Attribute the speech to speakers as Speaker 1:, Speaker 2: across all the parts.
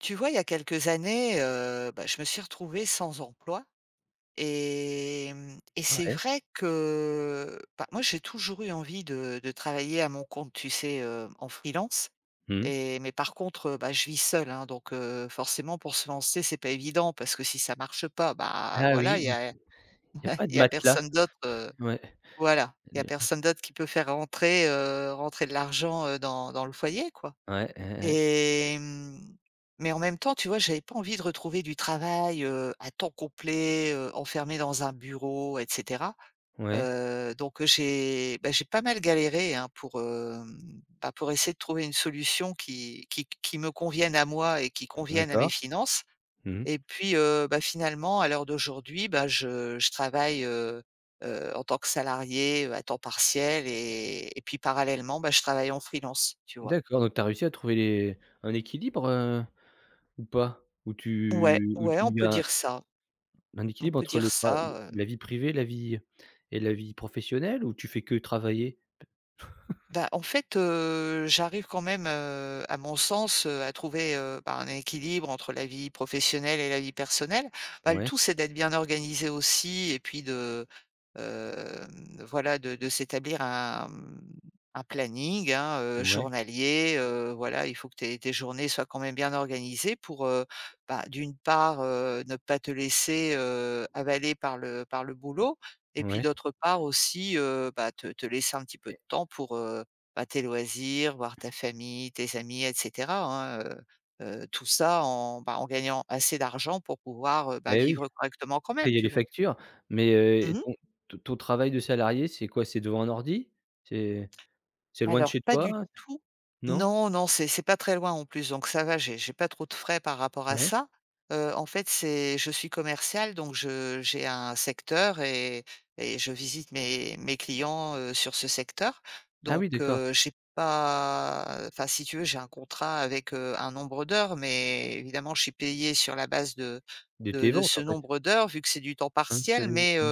Speaker 1: Tu vois, il y a quelques années, bah, je me suis retrouvée sans emploi et mmh, et c'est
Speaker 2: Ouais.
Speaker 1: vrai que, bah, moi, j'ai toujours eu envie de travailler à mon compte, tu sais, en freelance.
Speaker 2: Mmh.
Speaker 1: Et mais par contre, bah, je vis seule, hein, donc forcément pour se lancer, c'est pas évident parce que si ça marche pas, bah,
Speaker 2: Ah
Speaker 1: voilà, il
Speaker 2: oui,
Speaker 1: y
Speaker 2: il
Speaker 1: a
Speaker 2: y a pas de
Speaker 1: il y a
Speaker 2: matelas.
Speaker 1: personne d'autre,
Speaker 2: Ouais.
Speaker 1: voilà, il y a
Speaker 2: De
Speaker 1: personne d'autre qui peut faire rentrer de l'argent, dans le foyer, quoi.
Speaker 2: Ouais, hein, hein.
Speaker 1: Et mais en même temps, tu vois, j'avais pas envie de retrouver du travail, à temps complet, enfermé dans un bureau et cetera.
Speaker 2: Ouais,
Speaker 1: Donc, j'ai bah, j'ai pas mal galéré, hein, bah, pour essayer de trouver une solution qui qui me convienne à moi et qui convienne à mes
Speaker 2: d'accord.
Speaker 1: finances.
Speaker 2: Mmh.
Speaker 1: Et puis, bah, finalement, à l'heure d'aujourd'hui, bah, je travaille en tant que salarié à temps partiel et puis parallèlement, bah, je travaille en freelance, tu vois?
Speaker 2: D'accord, donc tu as réussi à trouver les un équilibre, ou pas? Ou
Speaker 1: Ouais,
Speaker 2: tu ou tu
Speaker 1: ouais,
Speaker 2: ou
Speaker 1: on
Speaker 2: il y
Speaker 1: peut
Speaker 2: a
Speaker 1: dire ça.
Speaker 2: un
Speaker 1: On
Speaker 2: équilibre
Speaker 1: peut
Speaker 2: entre
Speaker 1: dire
Speaker 2: le tra
Speaker 1: ça.
Speaker 2: la vie privée, la vie et la vie professionnelle, ou tu fais que travailler?
Speaker 1: Bah, en fait, j'arrive quand même, à mon sens, à trouver, bah, un équilibre entre la vie professionnelle et la vie personnelle. Bah, le
Speaker 2: Ouais,
Speaker 1: tout, c'est d'être bien organisé aussi et puis de, hem, voilà, de s'établir un planning, hein,
Speaker 2: ouais,
Speaker 1: journalier, voilà. Il faut que tes journées soient quand même bien organisées pour, bah, d'une part, ne pas te laisser, avaler par le boulot et puis
Speaker 2: ouais.
Speaker 1: d'autre part aussi, bah, te laisser un petit peu
Speaker 2: Eh
Speaker 1: de temps pour, bah, tes loisirs, voir ta famille, tes amis et cetera, hein, tout ça en, bah, en gagnant assez d'argent pour pouvoir, bah,
Speaker 2: eh oui,
Speaker 1: vivre correctement quand même,
Speaker 2: payer
Speaker 1: tu
Speaker 2: les
Speaker 1: vois?
Speaker 2: factures, mais et
Speaker 1: Mmh.
Speaker 2: ton travail de salarié, c'est quoi? C'est devant un ordi? C'est c'est loin de
Speaker 1: Alors
Speaker 2: chez
Speaker 1: pas
Speaker 2: toi?
Speaker 1: du tout.
Speaker 2: Non?
Speaker 1: Non, non, c'est pas très loin en plus, donc ça va, j'ai pas trop de frais par rapport à
Speaker 2: Ouais.
Speaker 1: ça. En fait, c'est je suis commerciale, donc je j'ai un secteur et je visite mes clients, sur ce secteur.
Speaker 2: Ah oui,
Speaker 1: Donc,
Speaker 2: d'accord.
Speaker 1: j'ai pas, enfin, si tu veux, j'ai un contrat avec, un nombre d'heures, mais évidemment, je suis payée sur la base de
Speaker 2: De tes ventes,
Speaker 1: ce
Speaker 2: en fait?
Speaker 1: nombre d'heures vu que c'est du temps
Speaker 2: Hein, sur
Speaker 1: partiel.
Speaker 2: les
Speaker 1: Mais
Speaker 2: mmh,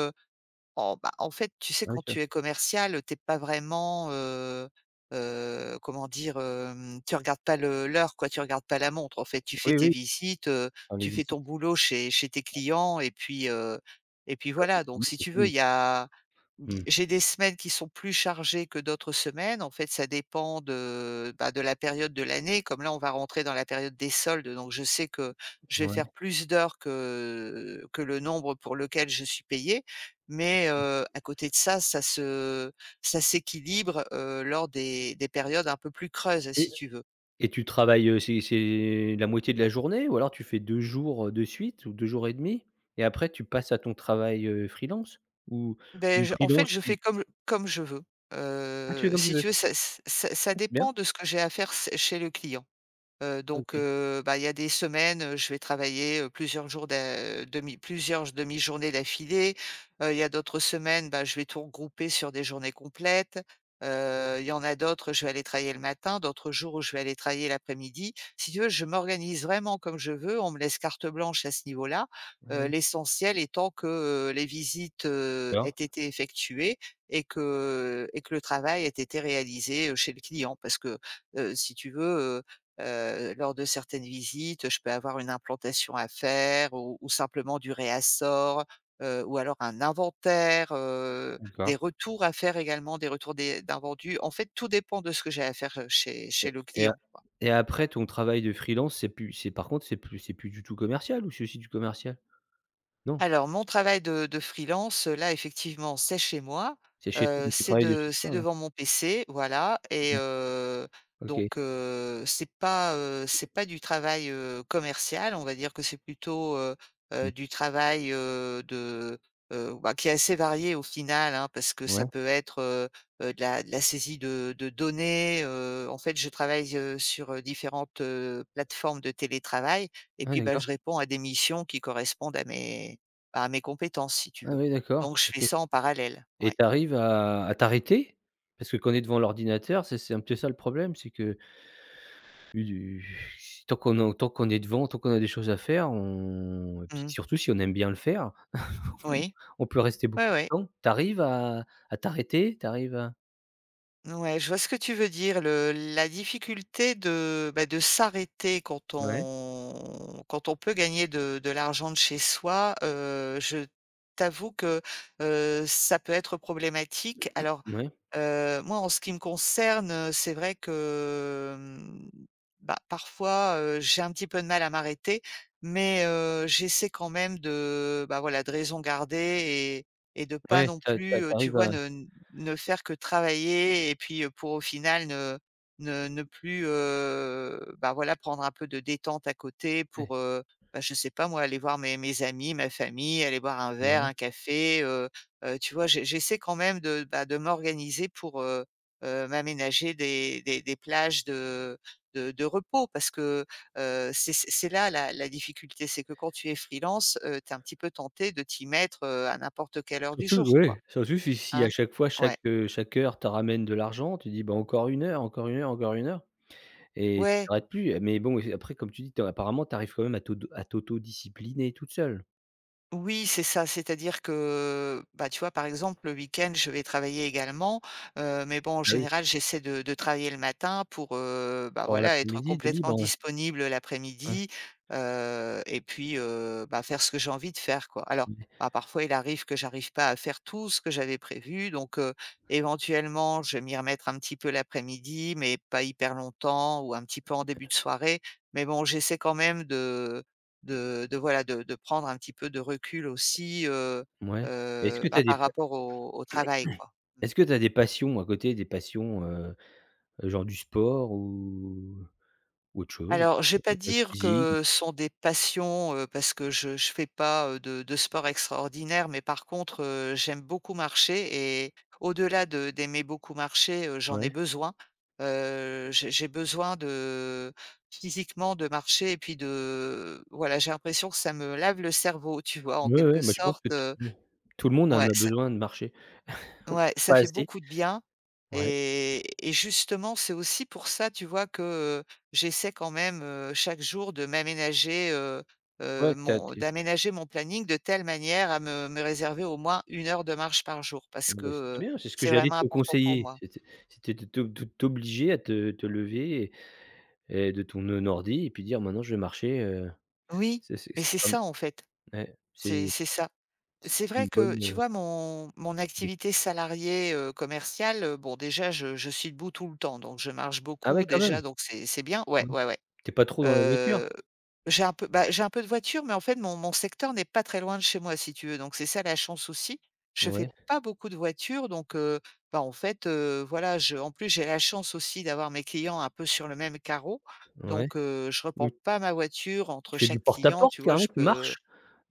Speaker 1: oh, bah, en fait, tu sais,
Speaker 2: ah oui,
Speaker 1: quand
Speaker 2: ça
Speaker 1: tu es commercial, t'es pas vraiment, comment dire? Tu regardes pas le l'heure, quoi, tu regardes pas la montre. En fait, tu fais
Speaker 2: oui,
Speaker 1: tes
Speaker 2: oui,
Speaker 1: visites,
Speaker 2: enfin les
Speaker 1: tu fais
Speaker 2: visites,
Speaker 1: ton boulot chez tes clients et puis
Speaker 2: quand c'est
Speaker 1: voilà. Donc
Speaker 2: fini,
Speaker 1: si
Speaker 2: c'est
Speaker 1: tu veux,
Speaker 2: fini.
Speaker 1: il y a… Bi
Speaker 2: Mmh,
Speaker 1: J'ai des semaines qui sont plus chargées que d'autres semaines. En fait, ça dépend de, bah, de la période de l'année. Comme là, on va rentrer dans la période des soldes, donc je sais que je vais faire
Speaker 2: ouais.
Speaker 1: plus d'heures que le nombre pour lequel je suis payée. Mais à côté de ça, ça se ça s'équilibre, lors des périodes un peu plus creuses,
Speaker 2: et
Speaker 1: si tu veux.
Speaker 2: et tu travailles, c'est la moitié de la journée, ou alors tu fais 2 jours, de suite, ou 2 jours et demi, et après tu passes à ton travail, freelance? Ou
Speaker 1: Beh,
Speaker 2: ou
Speaker 1: je en fait,
Speaker 2: freelance
Speaker 1: je
Speaker 2: tu
Speaker 1: fais comme je veux.
Speaker 2: ah tu fais comme tu
Speaker 1: Si
Speaker 2: veux?
Speaker 1: tu veux, ça
Speaker 2: Ah c'est bien,
Speaker 1: dépend de ce que j'ai à faire c chez le client. Heu, donc
Speaker 2: OK.
Speaker 1: heu, bah, il y a des semaines, je vais travailler, plusieurs demi-journées d'affilée. Il y a d'autres semaines, bah, je vais tout regrouper sur des journées complètes. Il y en a d'autres, je vais aller travailler le matin, d'autres jours où je vais aller travailler l'après-midi. Si tu veux, je m'organise vraiment comme je veux. On me laisse carte blanche à ce niveau-là.
Speaker 2: Ouais, ouais.
Speaker 1: L'essentiel étant que, les visites, aient
Speaker 2: D'accord,
Speaker 1: été effectuées et que le travail ait été réalisé, chez le client. Parce que, si tu veux, lors de certaines visites, je peux avoir une implantation à faire ou simplement du réassort, ou alors un inventaire, des
Speaker 2: d'accord.
Speaker 1: retours à faire également, des retours des d'invendus. En fait, tout dépend de ce que j'ai à faire, chez
Speaker 2: et
Speaker 1: le
Speaker 2: et a
Speaker 1: client.
Speaker 2: et après ton travail de freelance, c'est plus c'est par contre, c'est plus du tout commercial, ou c'est aussi du commercial? Non?
Speaker 1: Alors mon travail de freelance, là effectivement, c'est chez moi,
Speaker 2: C'est chez toi, donc tu travailles de chez
Speaker 1: c'est
Speaker 2: toi, ouais.
Speaker 1: devant mon PC, voilà, et
Speaker 2: Ouais,
Speaker 1: donc
Speaker 2: OK.
Speaker 1: c'est pas, du travail, commercial. On va dire que c'est plutôt,
Speaker 2: Mmh,
Speaker 1: du travail, de, bah, qui est assez varié au final, hein, parce que ça
Speaker 2: ouais.
Speaker 1: peut être, de la saisie de données, en fait je travaille, sur, différentes, plateformes de télétravail et
Speaker 2: Ouais,
Speaker 1: puis, bah,
Speaker 2: d'accord.
Speaker 1: je réponds à des missions qui correspondent à mes compétences, si tu
Speaker 2: Ah
Speaker 1: veux.
Speaker 2: oui, d'accord,
Speaker 1: Donc je fais
Speaker 2: OK.
Speaker 1: ça en parallèle.
Speaker 2: Et
Speaker 1: Ouais.
Speaker 2: tu arrives à t'arrêter? Parce que quand on est devant l'ordinateur, c'est un petit peu ça le problème, c'est que u tant qu'on en tant qu'on est devant, tant qu'on a des choses à faire, on et puis
Speaker 1: Mmh.
Speaker 2: surtout si on aime bien le faire,
Speaker 1: Oui.
Speaker 2: on peut rester
Speaker 1: Oui.
Speaker 2: beaucoup de
Speaker 1: Ouais.
Speaker 2: temps. Tu arrives à t'arrêter? Tu arrives à
Speaker 1: Ouais, je vois ce que tu veux dire. Le La difficulté de, bah, de s'arrêter quand
Speaker 2: ouais,
Speaker 1: on peut gagner de l'argent de chez soi, je t'avoue que, ça peut être problématique. Alors,
Speaker 2: mouais,
Speaker 1: moi, en ce qui me concerne, c'est vrai que, bah, parfois, j'ai un petit peu de mal à m'arrêter, mais, j'essaie quand même de, bah, voilà, de raison garder et de pas
Speaker 2: ouais,
Speaker 1: non
Speaker 2: tu as tu
Speaker 1: plus, tu vois,
Speaker 2: à
Speaker 1: ne faire que travailler et puis, pour au final ne plus, bah, voilà, prendre un peu de détente à côté
Speaker 2: ouais,
Speaker 1: pour, bah, je sais pas moi, aller voir mes amis, ma famille, aller boire un verre,
Speaker 2: ouais.
Speaker 1: un café, tu vois? J'essaie quand même de, bah, de m'organiser pour, m'aménager des plages de repos, parce que, c'est là la la difficulté, c'est que quand tu es freelance, tu es un petit peu tenté de t'y mettre, à n'importe quelle heure du
Speaker 2: Surtout
Speaker 1: jour,
Speaker 2: ouais,
Speaker 1: quoi,
Speaker 2: surtout si si à
Speaker 1: hein?
Speaker 2: chaque fois, chaque,
Speaker 1: Ouais.
Speaker 2: chaque heure te ramène de l'argent, tu dis: «Bah, encore une heure, encore une heure, encore une heure». Et tu
Speaker 1: Ouais,
Speaker 2: t'arrêtes plus, mais bon, et après comme tu dis, tu apparemment tu arrives quand même à t'autodiscipliner toute seule.
Speaker 1: oui, c'est ça. C'est-à-dire que, bah, tu vois, par exemple, le week-end, je vais travailler également. Mais bon, en
Speaker 2: Ah oui,
Speaker 1: général, j'essaie de travailler le matin pour, bah,
Speaker 2: pour avoir
Speaker 1: voilà, être
Speaker 2: l'après-midi de
Speaker 1: complètement
Speaker 2: libre, ouais.
Speaker 1: disponible l'après-midi, et puis bah, faire ce que j'ai envie de faire, quoi. Alors,
Speaker 2: Ouais,
Speaker 1: bah, parfois, il arrive que j'arrive pas à faire tout ce que j'avais prévu. Donc, éventuellement, je vais m'y remettre un petit peu l'après-midi, mais pas hyper longtemps, ou un petit peu en début de soirée. Mais bon, j'essaie quand même de voilà, de prendre un petit peu de recul aussi,
Speaker 2: ouais, ouais. Est-ce que tu as
Speaker 1: bah,
Speaker 2: des
Speaker 1: par
Speaker 2: pa
Speaker 1: rapport au travail, quoi. Mmh.
Speaker 2: Est-ce que tu des passions à côté, des passions, genre du sport ou autre chose?
Speaker 1: Alors, je vais pas
Speaker 2: La
Speaker 1: dire
Speaker 2: cuisine?
Speaker 1: que ce sont des passions, parce que je fais pas, de sport extraordinaire, mais par contre, j'aime beaucoup marcher, et au-delà de d'aimer beaucoup marcher, j'en
Speaker 2: Ouais.
Speaker 1: ai besoin. J'ai besoin de physiquement de marcher, et puis de voilà, j'ai l'impression que ça me lave le cerveau, tu vois? En
Speaker 2: Ouais, ouais,
Speaker 1: quelque
Speaker 2: bah, je pense
Speaker 1: sorte,
Speaker 2: que tout ouais, tout le monde en
Speaker 1: ouais,
Speaker 2: a
Speaker 1: ça
Speaker 2: besoin de marcher.
Speaker 1: Ouais, ça
Speaker 2: Pas
Speaker 1: fait
Speaker 2: assez.
Speaker 1: beaucoup de bien,
Speaker 2: Ouais.
Speaker 1: et justement, c'est aussi pour ça, tu vois, que, heu, j'essaie quand même, chaque jour de m'aménager,
Speaker 2: Ouais, tu as
Speaker 1: mon d'aménager mon planning de telle manière à me réserver au moins une heure de marche par jour,
Speaker 2: ah
Speaker 1: parce que,
Speaker 2: bah, c'est très bien, c'est ce que
Speaker 1: c'est
Speaker 2: j'allais
Speaker 1: vraiment
Speaker 2: te
Speaker 1: important pour
Speaker 2: conseiller.
Speaker 1: moi.
Speaker 2: C'était de t'obliger à te lever et de ton, ordi et puis dire: «Maintenant je vais marcher»,
Speaker 1: Oui, mais
Speaker 2: c'est
Speaker 1: c'est
Speaker 2: comme
Speaker 1: ça, en fait,
Speaker 2: ouais,
Speaker 1: c'est ça.
Speaker 2: c'est
Speaker 1: C'est vrai
Speaker 2: une
Speaker 1: que,
Speaker 2: bonne,
Speaker 1: tu vois, mon
Speaker 2: idée.
Speaker 1: activité salariée, commerciale, bon déjà je suis debout tout le temps, donc je marche
Speaker 2: Ah ouais,
Speaker 1: beaucoup
Speaker 2: quand même?
Speaker 1: déjà, donc c'est bien. Ouais,
Speaker 2: Mmh.
Speaker 1: ouais, ouais.
Speaker 2: Tu es pas trop dans la voiture?
Speaker 1: Heu, j'ai un peu de voiture, mais en fait, mon secteur n'est pas très loin de chez moi, si tu veux, donc c'est ça la chance aussi. Je fais
Speaker 2: Ouais,
Speaker 1: pas beaucoup de voiture, donc bah, en fait, voilà, je en plus, j'ai la chance aussi d'avoir mes clients un peu sur le même carreau,
Speaker 2: ouais.
Speaker 1: donc je
Speaker 2: Donc
Speaker 1: reprends pas ma voiture
Speaker 2: tu
Speaker 1: entre
Speaker 2: fais du
Speaker 1: chaque client,
Speaker 2: porte-à-porte
Speaker 1: tu vois?
Speaker 2: carrément,
Speaker 1: Je
Speaker 2: tu
Speaker 1: peux…
Speaker 2: marches?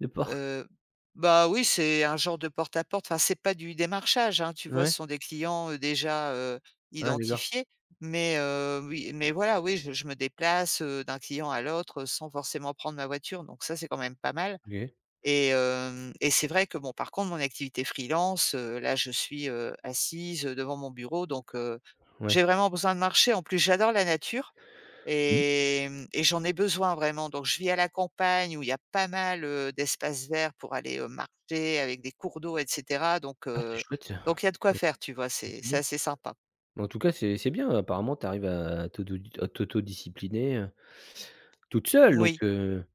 Speaker 2: De por
Speaker 1: Heu, bah, oui, c'est un genre de porte-à-porte. Enfin, c'est pas du démarchage, hein, tu vois?
Speaker 2: ouais?
Speaker 1: Ce sont des clients, déjà,
Speaker 2: Ah d'accord.
Speaker 1: identifiés. Mais, oui, mais voilà, oui, je me déplace, d'un client à l'autre, sans forcément prendre ma voiture, donc ça, c'est quand même pas mal.
Speaker 2: OK.
Speaker 1: Et c'est vrai que bon, par contre, mon activité freelance, là, je suis, assise, devant mon bureau, donc
Speaker 2: Ouais.
Speaker 1: j'ai vraiment besoin de marcher. En plus, j'adore la nature
Speaker 2: Mmh.
Speaker 1: et j'en ai besoin vraiment. Donc je vis à la campagne où il y a pas mal, d'espaces verts pour aller, marcher avec des cours d'eau et cetera,
Speaker 2: Ah c'est chouette ça.
Speaker 1: donc il y a de quoi
Speaker 2: Ouais,
Speaker 1: faire, tu vois?
Speaker 2: ouais,
Speaker 1: C'est
Speaker 2: c'est bien.
Speaker 1: assez sympa.
Speaker 2: Mais en tout cas, c'est bien, apparemment tu arrives à t'autodiscipliner, toute seule donc
Speaker 1: Oui.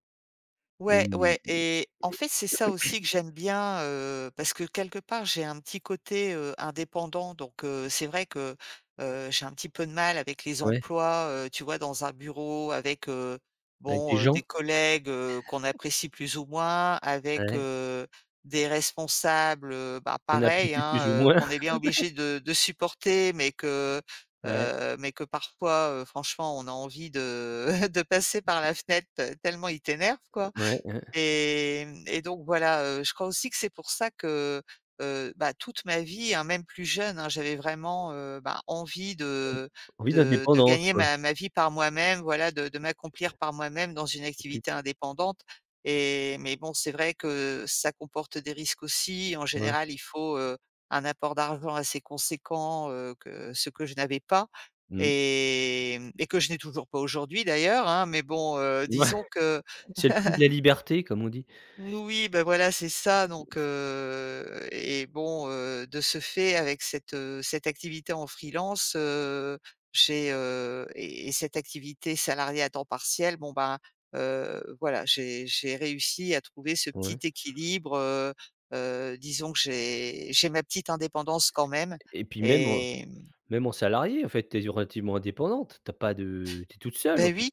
Speaker 2: et
Speaker 1: Ouais, ouais et en fait, c'est ça aussi que j'aime bien, parce que quelque part, j'ai un petit côté, indépendant donc c'est vrai que, j'ai un petit peu de mal avec les
Speaker 2: ouais,
Speaker 1: emplois, tu vois, dans un bureau avec,
Speaker 2: avec des
Speaker 1: bon,
Speaker 2: gens.
Speaker 1: des collègues, qu'on apprécie plus ou moins, avec,
Speaker 2: Ouais.
Speaker 1: des responsables, bah,
Speaker 2: On a
Speaker 1: pareil, hein,
Speaker 2: plus ou moins.
Speaker 1: qu'on est bien obligé de supporter
Speaker 2: Ouais,
Speaker 1: mais que parfois, franchement, on a envie de de passer par la fenêtre tellement ils t'énervent, quoi.
Speaker 2: ouais, ouais.
Speaker 1: Et mmh et donc voilà, je crois aussi que c'est pour ça que, bah, toute ma vie, hein, même plus jeune, hein, j'avais vraiment, bah, envie de
Speaker 2: Envie
Speaker 1: de de
Speaker 2: d'indépendance
Speaker 1: gagner
Speaker 2: quoi.
Speaker 1: ma vie par moi-même, voilà, de m'accomplir par moi-même dans une
Speaker 2: Et puis
Speaker 1: activité
Speaker 2: t
Speaker 1: indépendante et mais bon, c'est vrai que ça comporte des risques aussi. En
Speaker 2: Ouais.
Speaker 1: général, il faut, un apport d'argent assez conséquent, que ce que je n'avais pas
Speaker 2: Mmh.
Speaker 1: et mmh et que je n'ai toujours pas aujourd'hui d'ailleurs, hein, mais bon,
Speaker 2: Ouais,
Speaker 1: disons que
Speaker 2: c'est le prix de la liberté comme on dit.
Speaker 1: oui, oui, bah, voilà, c'est ça donc et bon, de ce fait, avec cette, cette activité en freelance, j'ai, et cette activité salariée à temps partiel, bon, ben, voilà, j'ai réussi à trouver ce petit
Speaker 2: Ouais.
Speaker 1: équilibre, disons que j'ai ma petite indépendance quand même
Speaker 2: Et puis
Speaker 1: et,
Speaker 2: même en salarié en fait, tu es relativement indépendante, tu as pas de tu es toute seule en
Speaker 1: ben
Speaker 2: fait.
Speaker 1: oui.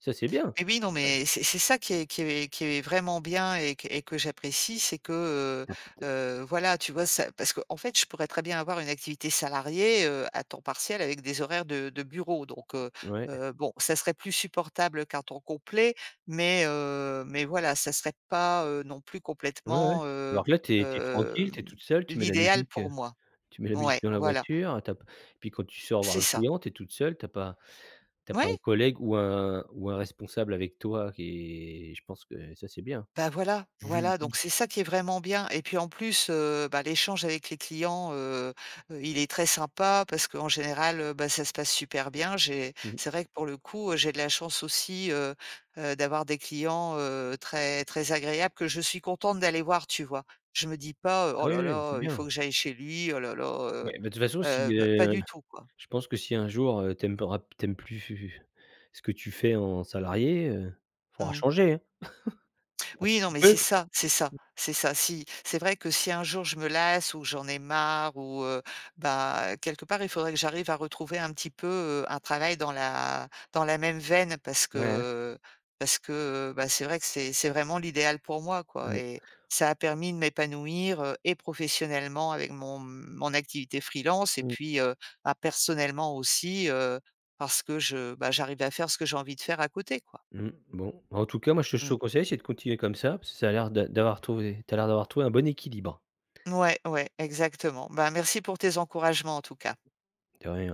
Speaker 2: Ça c'est bien.
Speaker 1: Mais oui, non,
Speaker 2: Tu as
Speaker 1: mais c'est ça qui est vraiment bien et que j'apprécie, c'est que,
Speaker 2: tu
Speaker 1: voilà, tu vois? Ça parce qu'en fait, je pourrais très bien avoir une activité salariée, à temps partiel avec des horaires de bureau donc
Speaker 2: as ouais,
Speaker 1: bon, ça serait plus supportable qu'un temps complet, mais voilà, ça serait pas, non plus
Speaker 2: ouais, ouais.
Speaker 1: complètement,
Speaker 2: Alors que là tu es tranquille, tu es
Speaker 1: hem,
Speaker 2: toute seule, tu mets la
Speaker 1: l'idéal
Speaker 2: musique,
Speaker 1: pour moi.
Speaker 2: tu mets la musique
Speaker 1: Ouais,
Speaker 2: dans la
Speaker 1: voilà,
Speaker 2: voiture, tu as p puis quand tu sors voir
Speaker 1: c'est
Speaker 2: le
Speaker 1: ça.
Speaker 2: client, tu es toute seule, tu as
Speaker 1: Ouais.
Speaker 2: pas un collègue ou un responsable avec toi qui est je pense que ça c'est bien.
Speaker 1: Bah, voilà,
Speaker 2: Vu
Speaker 1: voilà,
Speaker 2: vu
Speaker 1: donc
Speaker 2: s
Speaker 1: c'est ça qui est vraiment bien et puis en plus, bah, l'échange avec les clients, il est très sympa parce qu'en général, bah, ça se passe super bien. J'ai
Speaker 2: mmh.
Speaker 1: c'est vrai que pour le coup, j'ai de la chance aussi, d'avoir des clients, très très agréables que je suis contente d'aller voir, tu vois? Je me dis pas:
Speaker 2: Ah
Speaker 1: «Oh
Speaker 2: oui,
Speaker 1: là
Speaker 2: oui, c'est
Speaker 1: là, il
Speaker 2: bien.
Speaker 1: faut que j'aille chez lui, oh là là»,
Speaker 2: Ouais,
Speaker 1: heu
Speaker 2: bah, de toute façon, si,
Speaker 1: bah, pas du tout, quoi.
Speaker 2: je pense que si un jour, tu aimes pas tu aimes plus ce que tu fais en salarié, faudra
Speaker 1: Mmh.
Speaker 2: changer, hein. Bah, si
Speaker 1: Oui, non,
Speaker 2: tu
Speaker 1: mais
Speaker 2: peux.
Speaker 1: c'est ça, c'est ça, c'est ça. Si c'est vrai que si un jour je me lasse ou j'en ai marre ou bah, quelque part, il faudrait que j'arrive à retrouver un petit peu, un travail dans la même veine
Speaker 2: Ouais,
Speaker 1: parce que, bah, c'est vrai que c'est vraiment l'idéal pour moi, quoi
Speaker 2: ouais.
Speaker 1: et ça a permis de m'épanouir, et professionnellement avec mon activité freelance et
Speaker 2: Mmh.
Speaker 1: puis, bah, personnellement aussi, parce que je bah, j'arrive à faire ce que j'ai envie de faire à côté, quoi.
Speaker 2: Mmh. Bon, en tout cas, moi, ce que je te
Speaker 1: Mmh.
Speaker 2: conseille, c'est de continuer comme ça, parce que ça a l'air d'avoir trouvé tu as l'air d'avoir trouvé un bon équilibre,
Speaker 1: Ouais, ouais, exactement. Ben, merci pour tes encouragements en tout cas.
Speaker 2: de rien.